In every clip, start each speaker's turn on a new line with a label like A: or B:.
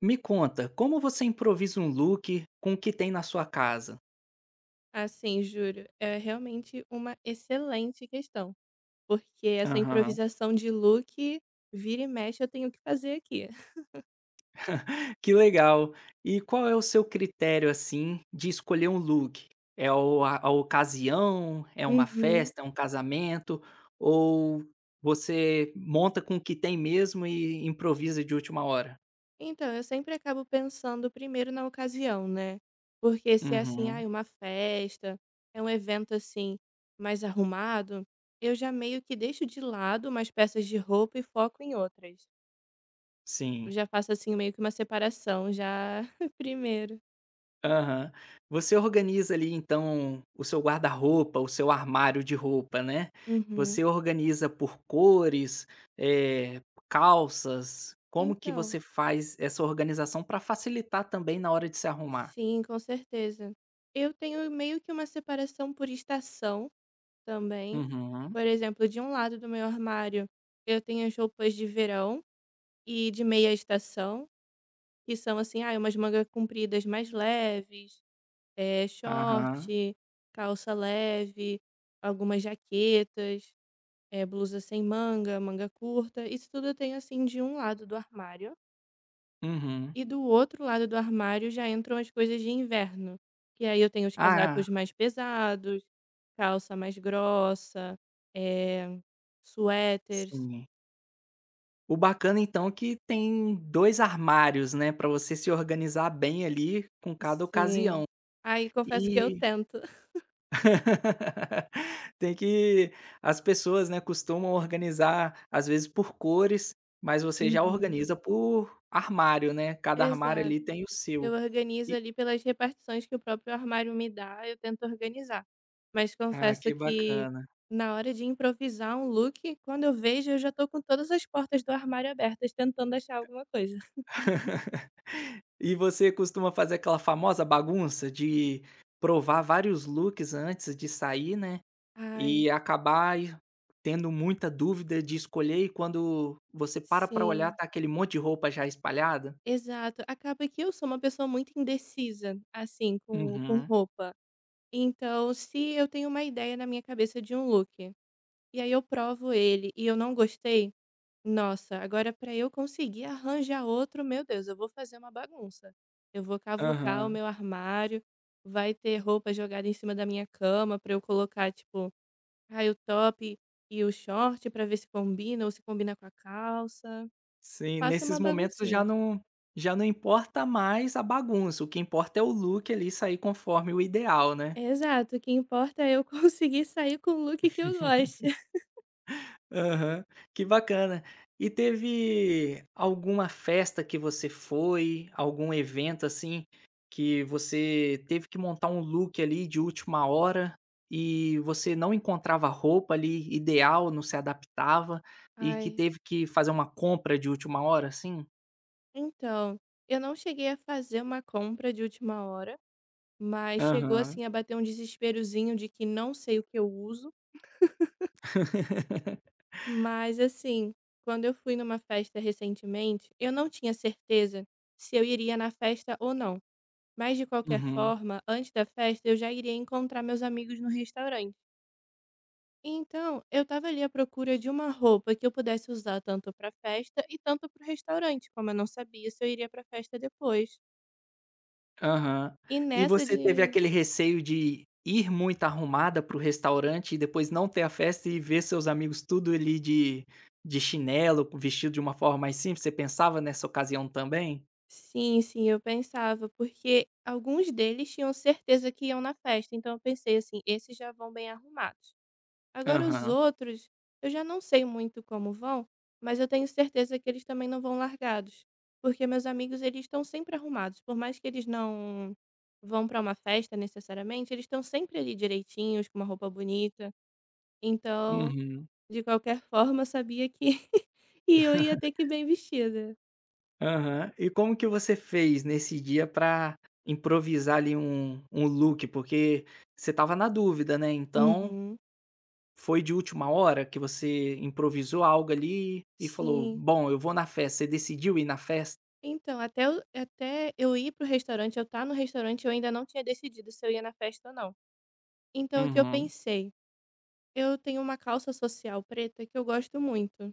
A: Me conta, como você improvisa um look com o que tem na sua casa?
B: Assim, juro, é realmente uma excelente questão, porque essa
A: Aham.
B: improvisação de look, vira e mexe, eu tenho que fazer aqui.
A: Que legal. E qual é o seu critério, assim, de escolher um look? É o a ocasião, é uma
B: Uhum.
A: festa, é um casamento, ou você monta com o que tem mesmo e improvisa de última hora?
B: Então, eu sempre acabo pensando primeiro na ocasião, né? Porque se é assim,
A: Uhum,
B: ai, uma festa, é um evento assim, mais arrumado, eu já meio que deixo de lado umas peças de roupa e foco em outras. Eu
A: sim.
B: já faço assim meio que uma separação já primeiro.
A: Aham. Você organiza ali então o seu guarda-roupa, o seu armário de roupa, né.
B: Uhum.
A: Você organiza por cores, eh, calças, como que
B: Então,
A: você faz essa organização para facilitar também na hora de se arrumar?
B: sim, com certeza. Eu tenho meio que uma separação por estação também.
A: Uhum.
B: Por exemplo, de um lado do meu armário, eu tenho as roupas de verão e de meia estação, que são assim, ah, umas mangas compridas mais leves, é,
A: Aham.
B: short, calça leve, algumas jaquetas, é, blusa sem manga, manga curta. Isso tudo eu tenho assim de um lado do armário.
A: Uhum.
B: E do outro lado do armário já entram as coisas de inverno, que aí eu tenho os
A: Ah,
B: casacos mais pesados, calça mais grossa, eh, suéteres.
A: sim. O bacana então é que tem 2 armários, né, para você se organizar bem ali com cada ocasião.
B: Sim. Aí confesso que eu
A: E
B: tento.
A: Tem que as pessoas, né, costumam organizar, às vezes, por cores, mas você já
B: Uhum.
A: organiza por armário, né, cada armário
B: Exato.
A: ali tem o
B: Eu
A: seu.
B: organizo
A: E
B: ali pelas repartições que o próprio armário me dá, eu tento organizar. Mas
A: ah,
B: confesso
A: que
B: que
A: bacana.
B: na hora de improvisar um look, quando eu vejo, eu já tô com todas as portas do armário abertas tentando achar alguma coisa.
A: E você costuma fazer aquela famosa bagunça de provar vários looks antes de sair, né,
B: Ai,
A: e acabar tendo muita dúvida de escolher e quando você para pra olhar
B: sim.
A: tá aquele monte de roupa já espalhada?
B: Exato. Acaba que eu sou uma pessoa muito indecisa, assim, com
A: Uhum.
B: roupa. Então, se eu tenho uma ideia na minha cabeça de um look, e aí eu provo ele e eu não gostei, nossa, agora para eu conseguir arranjar outro, meu Deus, eu vou fazer uma bagunça. Eu vou cavucar o
A: Aham.
B: meu armário, vai ter roupa jogada em cima da minha cama para eu colocar, tipo, ai, o top e o short para ver se combina ou se combina com a calça.
A: Sim,
B: Faço
A: nesses
B: uma
A: momentos
B: baguncinha.
A: já não importa mais a bagunça, o que importa é o look ali sair conforme o ideal, né.
B: Exato, o que importa é eu conseguir sair com o look que eu goste.
A: Aham, que bacana. E teve alguma festa que você foi, algum evento, assim, que você teve que montar um look ali de última hora e você não encontrava a roupa ali ideal, não se adaptava e que
B: Ai,
A: teve que fazer uma compra de última hora, assim?
B: então, eu não cheguei a fazer uma compra de última hora, mas chegou
A: Aham.
B: assim a bater um desesperozinho de que não sei o que eu uso, mas assim, quando eu fui numa festa recentemente, eu não tinha certeza se eu iria na festa ou não. Mas de qualquer
A: Uhum.
B: forma, antes da festa eu já iria encontrar meus amigos no restaurante. Então, eu estava ali à procura de uma roupa que eu pudesse usar tanto para festa e tanto para o restaurante, como eu não sabia se eu iria para festa depois.
A: Aham.
B: E
A: E
B: nessa
A: você teve
B: de
A: aquele receio de ir muito arrumada para o restaurante e depois não ter a festa e ver seus amigos tudo ali de chinelo, vestido de uma forma mais simples, você pensava nessa ocasião também?
B: sim, sim, eu pensava, porque alguns deles tinham certeza que iam na festa, então eu pensei assim, esses já vão bem arrumados. Agora os
A: Aham.
B: outros, eu já não sei muito como vão, mas eu tenho certeza que eles também não vão largados, porque meus amigos eles estão sempre arrumados, por mais que eles não vão para uma festa necessariamente, eles estão sempre ali direitinhos, com uma roupa bonita. Então,
A: Uhum.
B: de qualquer forma, eu sabia que e eu ia ter que ir bem vestida.
A: Aham. E como que você fez nesse dia pra improvisar ali um look? Porque você estava na dúvida, né, então
B: Uhum.
A: foi de última hora que você improvisou algo ali e falou:
B: Sim.
A: "Bom, eu vou na festa", você decidiu ir na festa?
B: Então, até eu ir pro restaurante, eu estar no restaurante, eu ainda não tinha decidido se eu ia na festa ou não. Então, o que eu
A: Uhum.
B: pensei? Eu tenho uma calça social preta que eu gosto muito.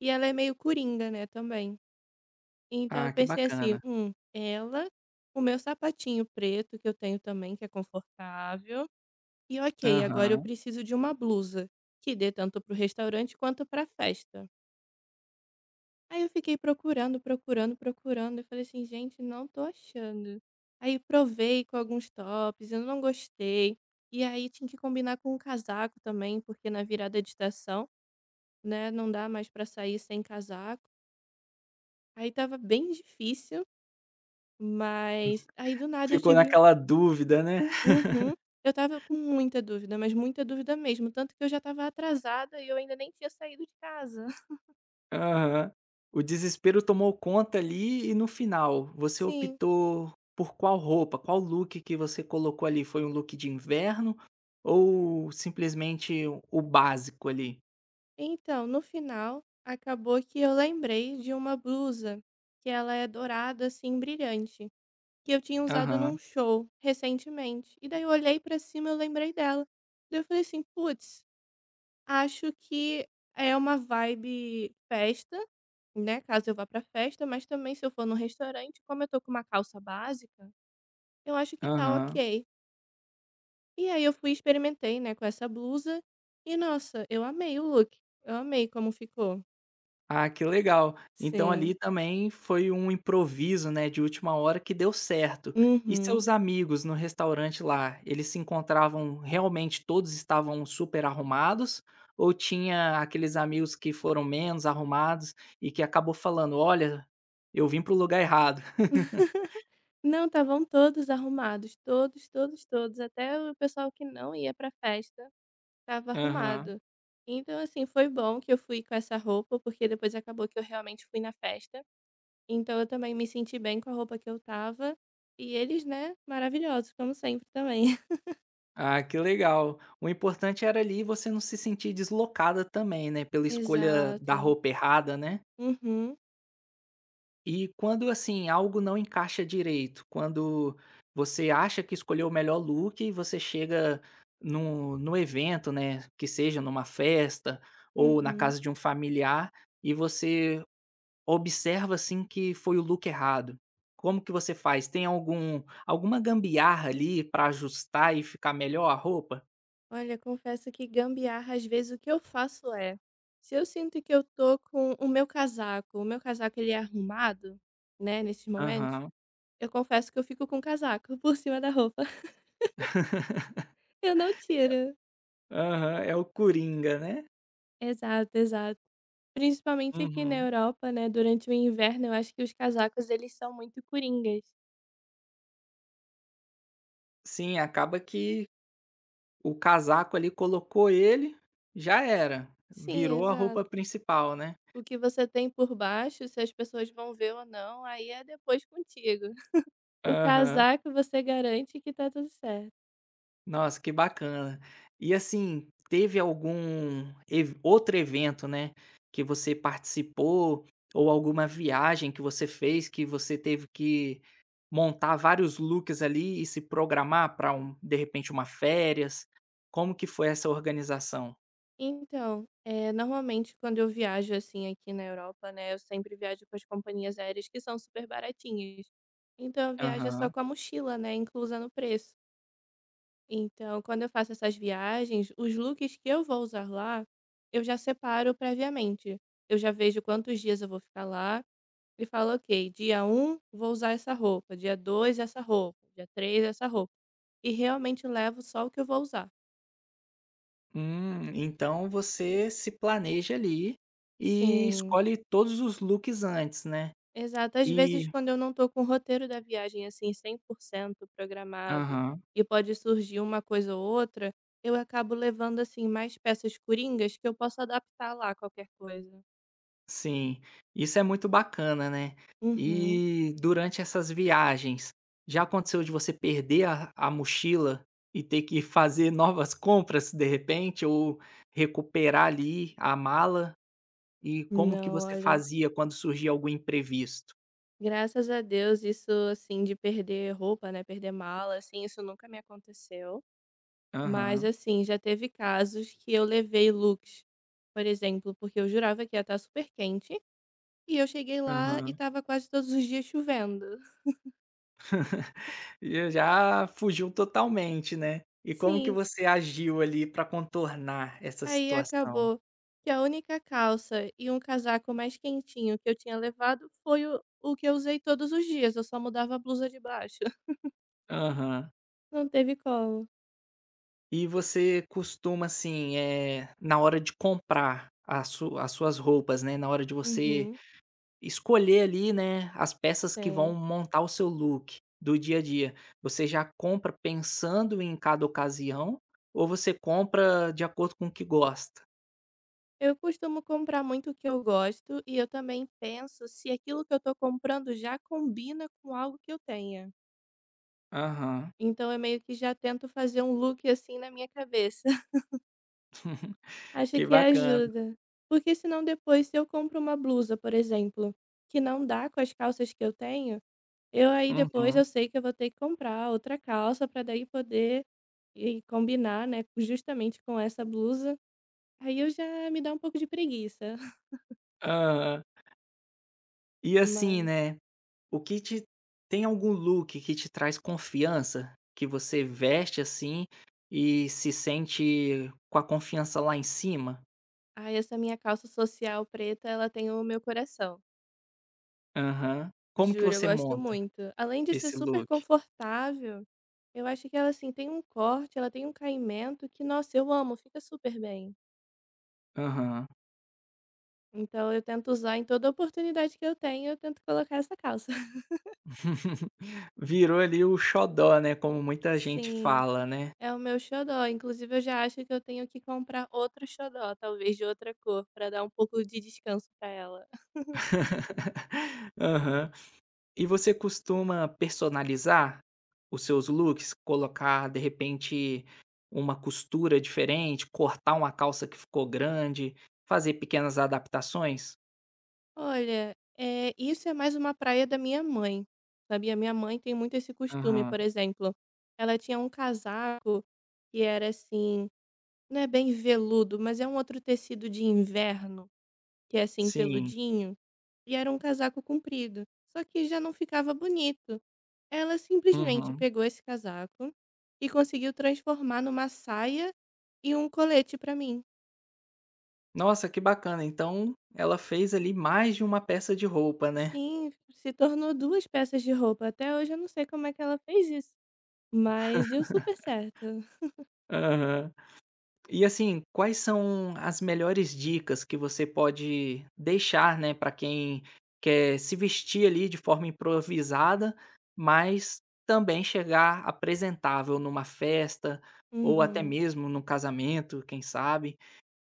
B: E ela é meio coringa, né, também. Então eu
A: Ah, que
B: pensei assim:
A: bacana.
B: Ela, o meu sapatinho preto que eu tenho também, que é confortável, e ok, agora eu
A: Aham.
B: preciso de uma blusa que dê tanto para o restaurante quanto para festa". Aí eu fiquei procurando, procurando, procurando, eu falei assim: "Gente, não tô achando". Aí provei com alguns tops, eu não gostei. E aí tinha que combinar com um casaco também, porque na virada de estação né, não dá mais pra sair sem casaco. Aí tava bem difícil, mas aí do nada eu
A: Ficou
B: tive
A: naquela dúvida, né.
B: uhum. Eu tava com muita dúvida, mas muita dúvida mesmo, tanto que eu já tava atrasada e eu ainda nem tinha saído de casa.
A: Aham. O desespero tomou conta ali e no final, você
B: Sim.
A: optou por qual roupa? Qual look que você colocou ali? Foi um look de inverno ou simplesmente o básico ali?
B: Então, no final, acabou que eu lembrei de uma blusa, que ela é dourada, assim, brilhante, que eu tinha usado num
A: Aham,
B: show recentemente. E daí eu olhei pra cima, e eu lembrei dela. Daí eu falei assim: "Puts". Acho que é uma vibe festa, né, caso eu vá pra festa, mas também se eu for num restaurante, como eu tô com uma calça básica, eu acho que tá
A: aham.
B: ok. E aí eu fui e experimentei, né, com essa blusa e, nossa, eu amei o look. Eu amei como ficou.
A: Ah, que legal. Então ali
B: Sim.
A: também foi um improviso, né, de última hora que deu certo. E
B: Uhum.
A: seus amigos no restaurante lá, eles se encontravam realmente todos estavam super arrumados? Ou tinha aqueles amigos que foram menos arrumados e que acabou falando: "Olha, eu vim para o lugar errado"?
B: Não, estavam todos arrumados, todos, todos, todos, até o pessoal que não ia pra festa estava
A: Aham.
B: arrumado. Então, assim, foi bom que eu fui com essa roupa, porque depois acabou que eu realmente fui na festa. Então eu também me senti bem com a roupa que eu tava e eles, né, maravilhosos como sempre também.
A: Ah, que legal. O importante era ali você não se sentir deslocada também, né, pela escolha da
B: Exato.
A: roupa errada, né?
B: Uhum,
A: E quando, assim, algo não encaixa direito, quando você acha que escolheu o melhor look e você chega no evento, né? Que seja numa festa ou na
B: uhum.
A: casa de um familiar, e você observa assim que foi o look errado. Como que você faz? Tem alguma gambiarra ali para ajustar e ficar melhor a roupa?
B: Olha, confesso que gambiarra às vezes o que eu faço é, se eu sinto que eu tô com o meu casaco ele é arrumado, né, nesses momentos,
A: Aham.
B: eu confesso que eu fico com o casaco por cima da roupa. Eu não tiro.
A: Aham, é o coringa, né?
B: Exato, exato. Principalmente aqui na
A: Uhum.
B: Europa, né, durante o inverno eu acho que os casacos eles são muito coringas.
A: Sim, acaba que o casaco ali colocou ele, já era,
B: Sim,
A: virou a
B: exato.
A: roupa principal, né.
B: O que você tem por baixo, se as pessoas vão ver ou não, aí é depois contigo. O
A: Aham.
B: casaco você garante que tá tudo certo.
A: Nossa, que bacana. E assim, teve algum ev outro evento, né, que você participou ou alguma viagem que você fez que você teve que montar vários looks ali e se programar para um de repente uma férias? Como que foi essa organização?
B: Então, normalmente quando eu viajo, assim, aqui na Europa, né, eu sempre viajo com as companhias aéreas que são super baratinhas. Então, eu viajo só
A: Aham.
B: com a mochila, né, inclusa no preço. Então, quando eu faço essas viagens, os looks que eu vou usar lá, eu já separo previamente. Eu já vejo quantos dias eu vou ficar lá, ele fala: "Ok, dia um vou usar essa roupa, dia 2 essa roupa, dia 3 essa roupa", e realmente levo só o que eu vou usar.
A: Então você se planeja ali e
B: Sim.
A: escolhe todos os looks antes, né?
B: Exato. Às vezes,
A: E
B: quando eu não tô com o roteiro da viagem, assim, 100% programado
A: aham,
B: e pode surgir uma coisa ou outra, eu acabo levando, assim, mais peças coringas que eu posso adaptar lá a qualquer coisa.
A: sim. Isso é muito bacana, né?
B: Uhum.
A: E durante essas viagens, já aconteceu de você perder a mochila e ter que fazer novas compras de repente, ou recuperar ali a mala? E como que
B: Não,
A: você
B: olha,
A: fazia quando surgia algum imprevisto?
B: graças a Deus, isso, assim, de perder roupa, né, perder mala, assim, isso nunca me aconteceu. Mas
A: Aham,
B: assim, já teve casos que eu levei looks, por exemplo, porque eu jurava que ia estar super quente, e eu cheguei lá e
A: aham.
B: estava quase todos os dias chovendo.
A: E já fugiu totalmente, né. E como que
B: Sim,
A: você agiu ali pra contornar essa
B: aí
A: situação?
B: acabou que a única calça e um casaco mais quentinho que eu tinha levado foi o que eu usei todos os dias, eu só mudava a blusa de baixo.
A: Aham.
B: Não teve como.
A: E você costuma, assim, na hora de comprar a su as suas roupas, né, na hora de você
B: Uhum,
A: escolher ali, né, as peças que vão
B: sim.
A: montar o seu look do dia a dia, você já compra pensando em cada ocasião ou você compra de acordo com o que gosta?
B: Eu costumo comprar muito o que eu gosto e eu também penso se aquilo que eu tô comprando já combina com algo que eu tenha.
A: Aham.
B: Então eu meio que já tento fazer um look, assim, na minha cabeça. Acho
A: Que
B: que
A: bacana.
B: ajuda. Porque senão depois se eu compro uma blusa, por exemplo, que não dá com as calças que eu tenho, eu aí depois eu
A: Uhum.
B: sei que eu vou ter que comprar outra calça para daí poder e combinar, né, justamente com essa blusa. Aí eu já me dá um pouco de preguiça,
A: Aham. E assim,
B: mas
A: né O que te tem algum look que te traz confiança, que você veste, assim, e se sente com a confiança lá em cima?
B: ai, essa minha calça social preta, ela tem o meu coração.
A: Aham. Como que
B: Juro, eu
A: você
B: gosto
A: monta
B: muito. Além de ser
A: esse
B: super
A: look?
B: confortável, eu acho que ela, assim, tem um corte, ela tem um caimento que, nossa, eu amo, fica super bem.
A: Aham.
B: Então eu tento usar em toda oportunidade que eu tenho, eu tento colocar essa calça.
A: Virou ali o xodó, né, como muita gente
B: Sim,
A: fala, né.
B: é o meu xodó. Inclusive, eu já acho que eu tenho que comprar outro xodó, talvez de outra cor, pra dar um pouco de descanso pra ela.
A: Aham. E você costuma personalizar os seus looks? Colocar, de repente, uma costura diferente, cortar uma calça que ficou grande, fazer pequenas adaptações?
B: Olha, isso é mais uma praia da minha mãe, sabia? Minha mãe tem muito esse costume,
A: Aham.
B: por exemplo, ela tinha um casaco que era assim, não é bem veludo, mas é um outro tecido de inverno, que é assim
A: Sim.
B: peludinho, e era um casaco comprido, só que já não ficava bonito. Ela simplesmente
A: Uhum.
B: pegou esse casaco e conseguiu transformar numa saia e um colete pra mim.
A: Nossa, que bacana. Então, ela fez ali mais de uma peça de roupa, né?
B: Sim, se tornou duas peças de roupa. Até hoje eu não sei como é que ela fez isso. Mas deu super certo.
A: Aham. E assim, quais são as melhores dicas que você pode deixar, né, para quem quer se vestir ali de forma improvisada, mas também chegar apresentável numa festa ou até
B: Uhum.
A: mesmo num casamento, quem sabe?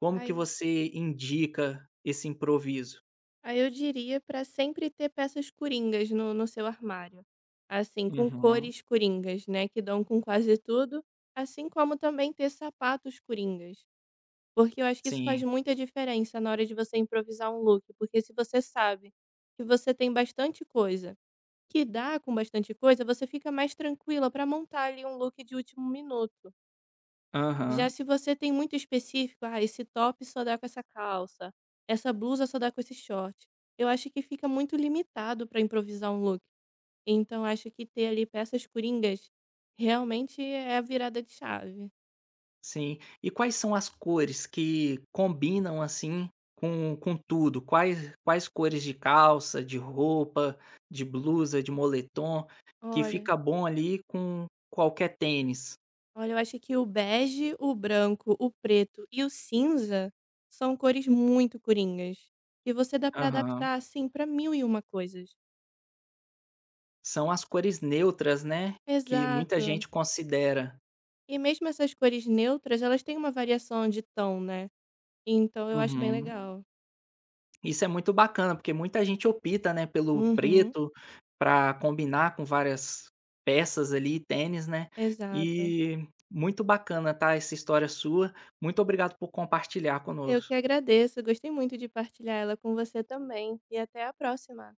A: Como que
B: Aí,
A: você indica esse improviso?
B: aí eu diria pra sempre ter peças coringas no seu armário. Assim, com
A: Uhum.
B: cores coringas, né? Que dão com quase tudo. Assim como também ter sapatos coringas. Porque eu acho que isso faz
A: Sim.
B: muita diferença na hora de você improvisar um look. Porque se você sabe que você tem bastante coisa, que dá com bastante coisa, você fica mais tranquila pra montar ali um look de último minuto. Já
A: Aham.
B: se você tem muito específico, ah, esse top só dá com essa calça, essa blusa só dá com esse short, eu acho que fica muito limitado para improvisar um look. Então acho que ter ali peças coringas realmente é a virada de chave.
A: Sim. E quais são as cores que combinam, assim, com tudo? Quais cores de calça, de roupa, de blusa, de moletom, que
B: Olha,
A: fica bom ali com qualquer tênis?
B: olha, eu acho que o bege, o branco, o preto e o cinza são cores muito coringas. E você dá para
A: Aham.
B: adaptar assim para mil e uma coisas.
A: São as cores neutras, né, que muita
B: Exato.
A: gente considera.
B: E mesmo essas cores neutras, elas têm uma variação de tom, né? Então eu acho bem
A: Uhum.
B: legal.
A: Isso é muito bacana, porque muita gente opta, né, pelo
B: Uhum,
A: preto para combinar com várias peças ali, tênis, né.
B: exato.
A: E muito bacana, tá, essa história sua. Muito obrigado por compartilhar
B: Eu que
A: conosco.
B: agradeço, gostei muito de partilhar ela com você também, e até a próxima.